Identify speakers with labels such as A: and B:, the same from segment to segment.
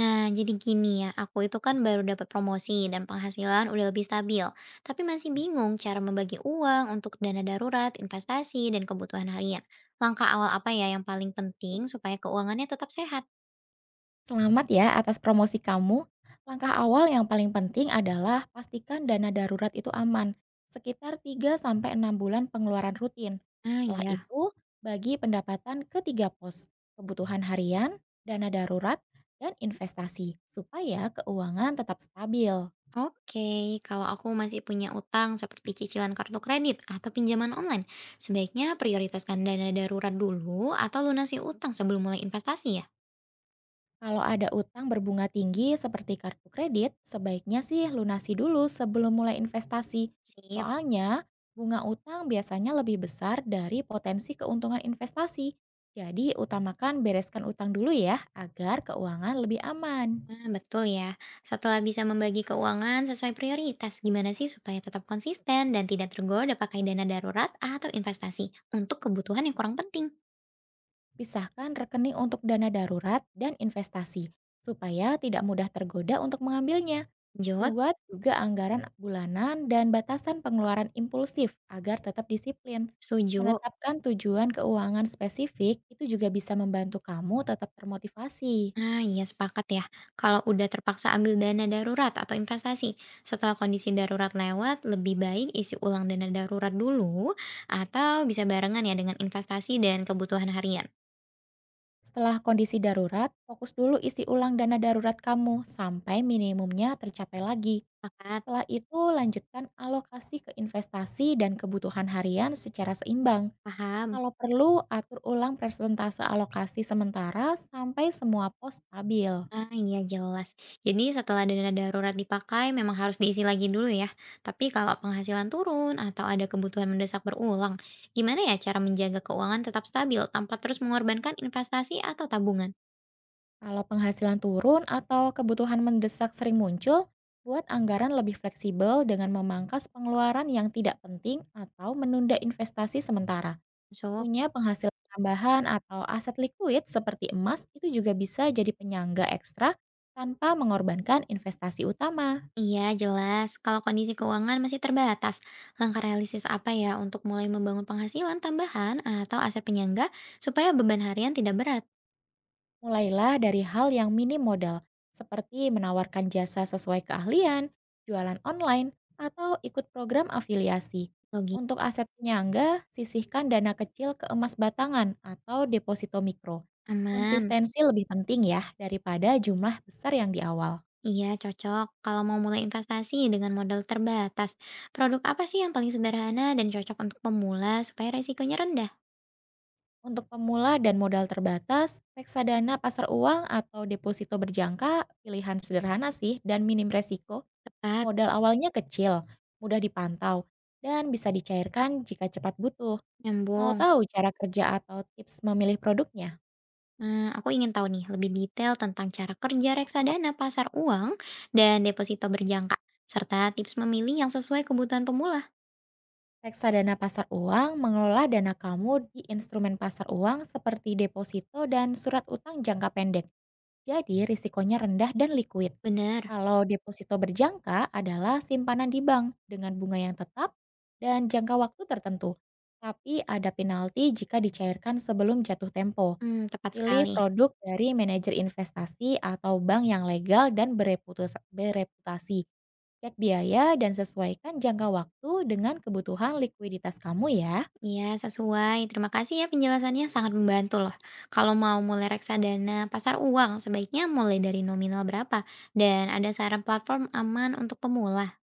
A: Nah, jadi gini ya, aku itu kan baru dapat promosi dan penghasilan udah lebih stabil, tapi masih bingung cara membagi uang untuk dana darurat, investasi, dan kebutuhan harian. Langkah awal apa ya yang paling penting supaya keuangannya tetap sehat?
B: Selamat ya atas promosi kamu. Langkah awal yang paling penting adalah pastikan dana darurat itu aman, sekitar tiga sampai enam bulan pengeluaran rutin.
A: Ah
B: Setelah
A: iya,
B: itu, bagi pendapatan ke tiga pos, kebutuhan harian, dana darurat, dan investasi, supaya keuangan tetap stabil.
A: oke. Kalau aku masih punya utang seperti cicilan kartu kredit atau pinjaman online, sebaiknya prioritaskan dana darurat dulu atau lunasi utang sebelum mulai investasi ya?
B: Kalau ada utang berbunga tinggi seperti kartu kredit, sebaiknya sih lunasi dulu sebelum mulai investasi.
A: Sip.
B: Soalnya, bunga utang biasanya lebih besar dari potensi keuntungan investasi. Jadi, utamakan bereskan utang dulu ya, agar keuangan lebih aman.
A: Nah, betul ya. Setelah bisa membagi keuangan sesuai prioritas, gimana sih supaya tetap konsisten dan tidak tergoda pakai dana darurat atau investasi untuk kebutuhan yang kurang penting?
B: Pisahkan rekening untuk dana darurat dan investasi, supaya tidak mudah tergoda untuk mengambilnya.
A: Lanjut,
B: Buat juga anggaran bulanan dan batasan pengeluaran impulsif agar tetap disiplin.
A: setuju.
B: Menetapkan tujuan keuangan spesifik itu juga bisa membantu kamu tetap termotivasi.
A: Ah iya sepakat ya, kalau udah terpaksa ambil dana darurat atau investasi, setelah kondisi darurat lewat, lebih baik isi ulang dana darurat dulu atau bisa barengan ya dengan investasi dan kebutuhan harian.
B: Setelah kondisi darurat, fokus dulu isi ulang dana darurat kamu sampai minimumnya tercapai lagi.
A: Sepakat,
B: Setelah itu, lanjutkan alokasi ke investasi dan kebutuhan harian secara seimbang.
A: paham.
B: Kalau perlu, atur ulang persentase alokasi sementara sampai semua pos stabil.
A: Ah, iya jelas. Jadi setelah dana darurat dipakai memang harus diisi lagi dulu ya. Tapi kalau penghasilan turun atau ada kebutuhan mendesak berulang, gimana ya cara menjaga keuangan tetap stabil tanpa terus mengorbankan investasi atau tabungan?
B: Kalau penghasilan turun atau kebutuhan mendesak sering muncul, buat anggaran lebih fleksibel dengan memangkas pengeluaran yang tidak penting atau menunda investasi sementara.
A: So,
B: Punya penghasilan tambahan atau aset likuid seperti emas itu juga bisa jadi penyangga ekstra tanpa mengorbankan investasi utama.
A: iya jelas. Kalau kondisi keuangan masih terbatas, langkah realistis apa ya untuk mulai membangun penghasilan tambahan atau aset penyangga supaya beban harian tidak berat?
B: Mulailah dari hal yang minim modal, seperti menawarkan jasa sesuai keahlian, jualan online, atau ikut program afiliasi.
A: Logis.
B: Untuk aset penyangga, sisihkan dana kecil ke emas batangan atau deposito mikro.
A: Aman.
B: Konsistensi lebih penting ya daripada jumlah besar yang di awal.
A: Iya, cocok. Kalau mau mulai investasi dengan modal terbatas, produk apa sih yang paling sederhana dan cocok untuk pemula supaya resikonya rendah?
B: Untuk pemula dan modal terbatas, reksadana pasar uang atau deposito berjangka pilihan sederhana sih dan minim resiko.
A: Tepat,
B: Modal awalnya kecil, mudah dipantau, dan bisa dicairkan jika cepat butuh. Mau
A: nyambung.
B: tahu cara kerja atau tips memilih produknya?
A: Nah, aku ingin tahu nih lebih detail tentang cara kerja reksadana pasar uang dan deposito berjangka, serta tips memilih yang sesuai kebutuhan pemula.
B: Reksadana pasar uang mengelola dana kamu di instrumen pasar uang seperti deposito dan surat utang jangka pendek. Jadi risikonya rendah dan likuid.
A: Benar.
B: Kalau deposito berjangka adalah simpanan di bank dengan bunga yang tetap dan jangka waktu tertentu. Tapi ada penalti jika dicairkan sebelum jatuh tempo.
A: Hmm, tepat
B: Pilih
A: sekali.
B: produk dari manajer investasi atau bank yang legal dan bereputasi. Cek biaya dan sesuaikan jangka waktu dengan kebutuhan likuiditas kamu ya.
A: Iya, sesuai. Terima kasih ya penjelasannya sangat membantu loh. Kalau mau mulai reksadana pasar uang, sebaiknya mulai dari nominal berapa? Dan ada saran platform aman untuk pemula?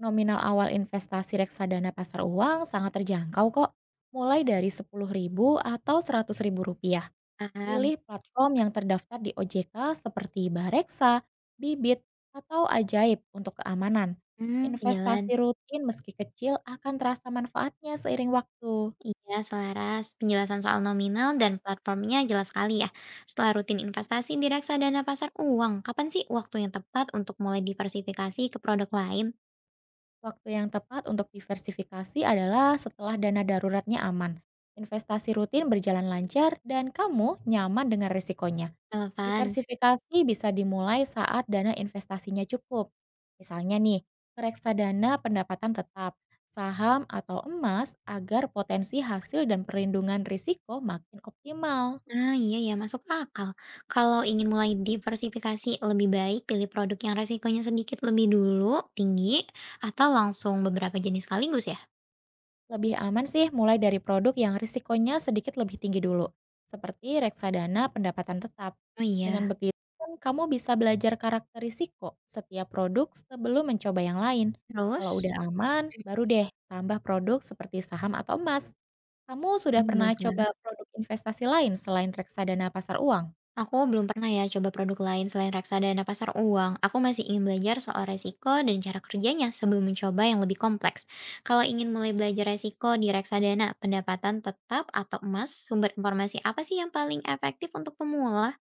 B: Nominal awal investasi reksadana pasar uang sangat terjangkau kok. Mulai dari sepuluh ribu atau seratus ribu rupiah.
A: Paham?
B: Pilih platform yang terdaftar di OJK seperti Bareksa, Bibit, atau Ajaib untuk keamanan.
A: Hmm, sejalan.
B: Investasi rutin meski kecil akan terasa manfaatnya seiring waktu.
A: Iya, selaras. Penjelasan soal nominal dan platformnya jelas sekali ya. Setelah rutin investasi di reksadana pasar uang, kapan sih waktu yang tepat untuk mulai diversifikasi ke produk lain?
B: Waktu yang tepat untuk diversifikasi adalah setelah dana daruratnya aman, investasi rutin berjalan lancar, dan kamu nyaman dengan risikonya.
A: Relevan.
B: Diversifikasi bisa dimulai saat dana investasinya cukup. Misalnya nih, ke reksadana pendapatan tetap, saham atau emas agar potensi hasil dan perlindungan risiko makin optimal.
A: Ah, iya ya, masuk akal. Kalau ingin mulai diversifikasi, lebih baik pilih produk yang resikonya sedikit lebih dulu, tinggi, atau langsung beberapa jenis sekaligus ya?
B: Lebih aman sih mulai dari produk yang risikonya sedikit lebih tinggi dulu, seperti reksadana pendapatan tetap.
A: Oh
B: Dengan
A: iya.
B: begitu, kan kamu bisa belajar karakter risiko setiap produk sebelum mencoba yang lain. Kalau
A: Terus?
B: udah aman, baru deh tambah produk seperti saham atau emas. Kamu sudah
A: Oh,
B: pernah
A: baiklah.
B: coba produk investasi lain selain reksadana pasar uang?
A: Aku belum pernah ya coba produk lain selain reksadana pasar uang. Aku masih ingin belajar soal resiko dan cara kerjanya sebelum mencoba yang lebih kompleks. Kalau ingin mulai belajar resiko di reksadana, pendapatan tetap atau emas, sumber informasi apa sih yang paling efektif untuk pemula?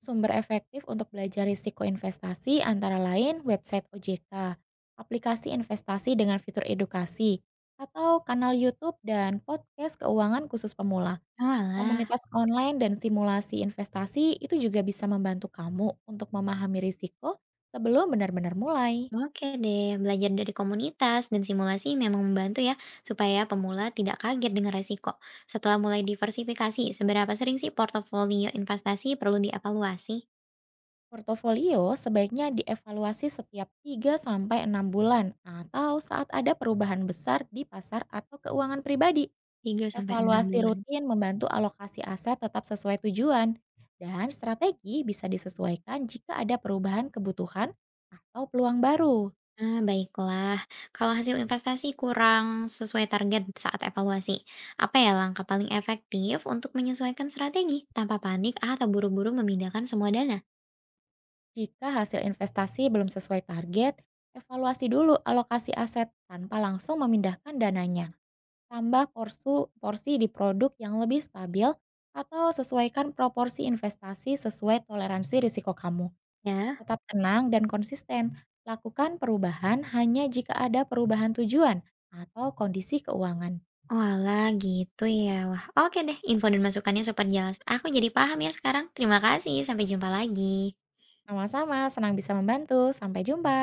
B: Sumber efektif untuk belajar risiko investasi antara lain website OJK, aplikasi investasi dengan fitur edukasi, atau kanal YouTube dan podcast keuangan khusus pemula.
A: Oh, alah.
B: Komunitas online dan simulasi investasi itu juga bisa membantu kamu untuk memahami risiko sebelum benar-benar mulai.
A: Oke deh, belajar dari komunitas dan simulasi memang membantu ya, supaya pemula tidak kaget dengan resiko. Setelah mulai diversifikasi, seberapa sering sih portofolio investasi perlu dievaluasi?
B: Portofolio sebaiknya dievaluasi setiap tiga sampai enam bulan atau saat ada perubahan besar di pasar atau keuangan pribadi.
A: tiga sampai enam
B: Evaluasi
A: bulan.
B: rutin membantu alokasi aset tetap sesuai tujuan, dan strategi bisa disesuaikan jika ada perubahan kebutuhan atau peluang baru.
A: Ah baiklah. Kalau hasil investasi kurang sesuai target saat evaluasi, apa ya langkah paling efektif untuk menyesuaikan strategi tanpa panik atau buru-buru memindahkan semua dana?
B: Jika hasil investasi belum sesuai target, evaluasi dulu alokasi aset tanpa langsung memindahkan dananya. Tambah porsi di produk yang lebih stabil atau sesuaikan proporsi investasi sesuai toleransi risiko kamu.
A: Ya,
B: Tetap tenang dan konsisten. Lakukan perubahan hanya jika ada perubahan tujuan atau kondisi keuangan.
A: oalah, gitu ya. Wah, oke deh, info dan masukannya super jelas. Aku jadi paham ya sekarang. Terima kasih, sampai jumpa lagi.
B: Sama-sama, senang bisa membantu. Sampai jumpa.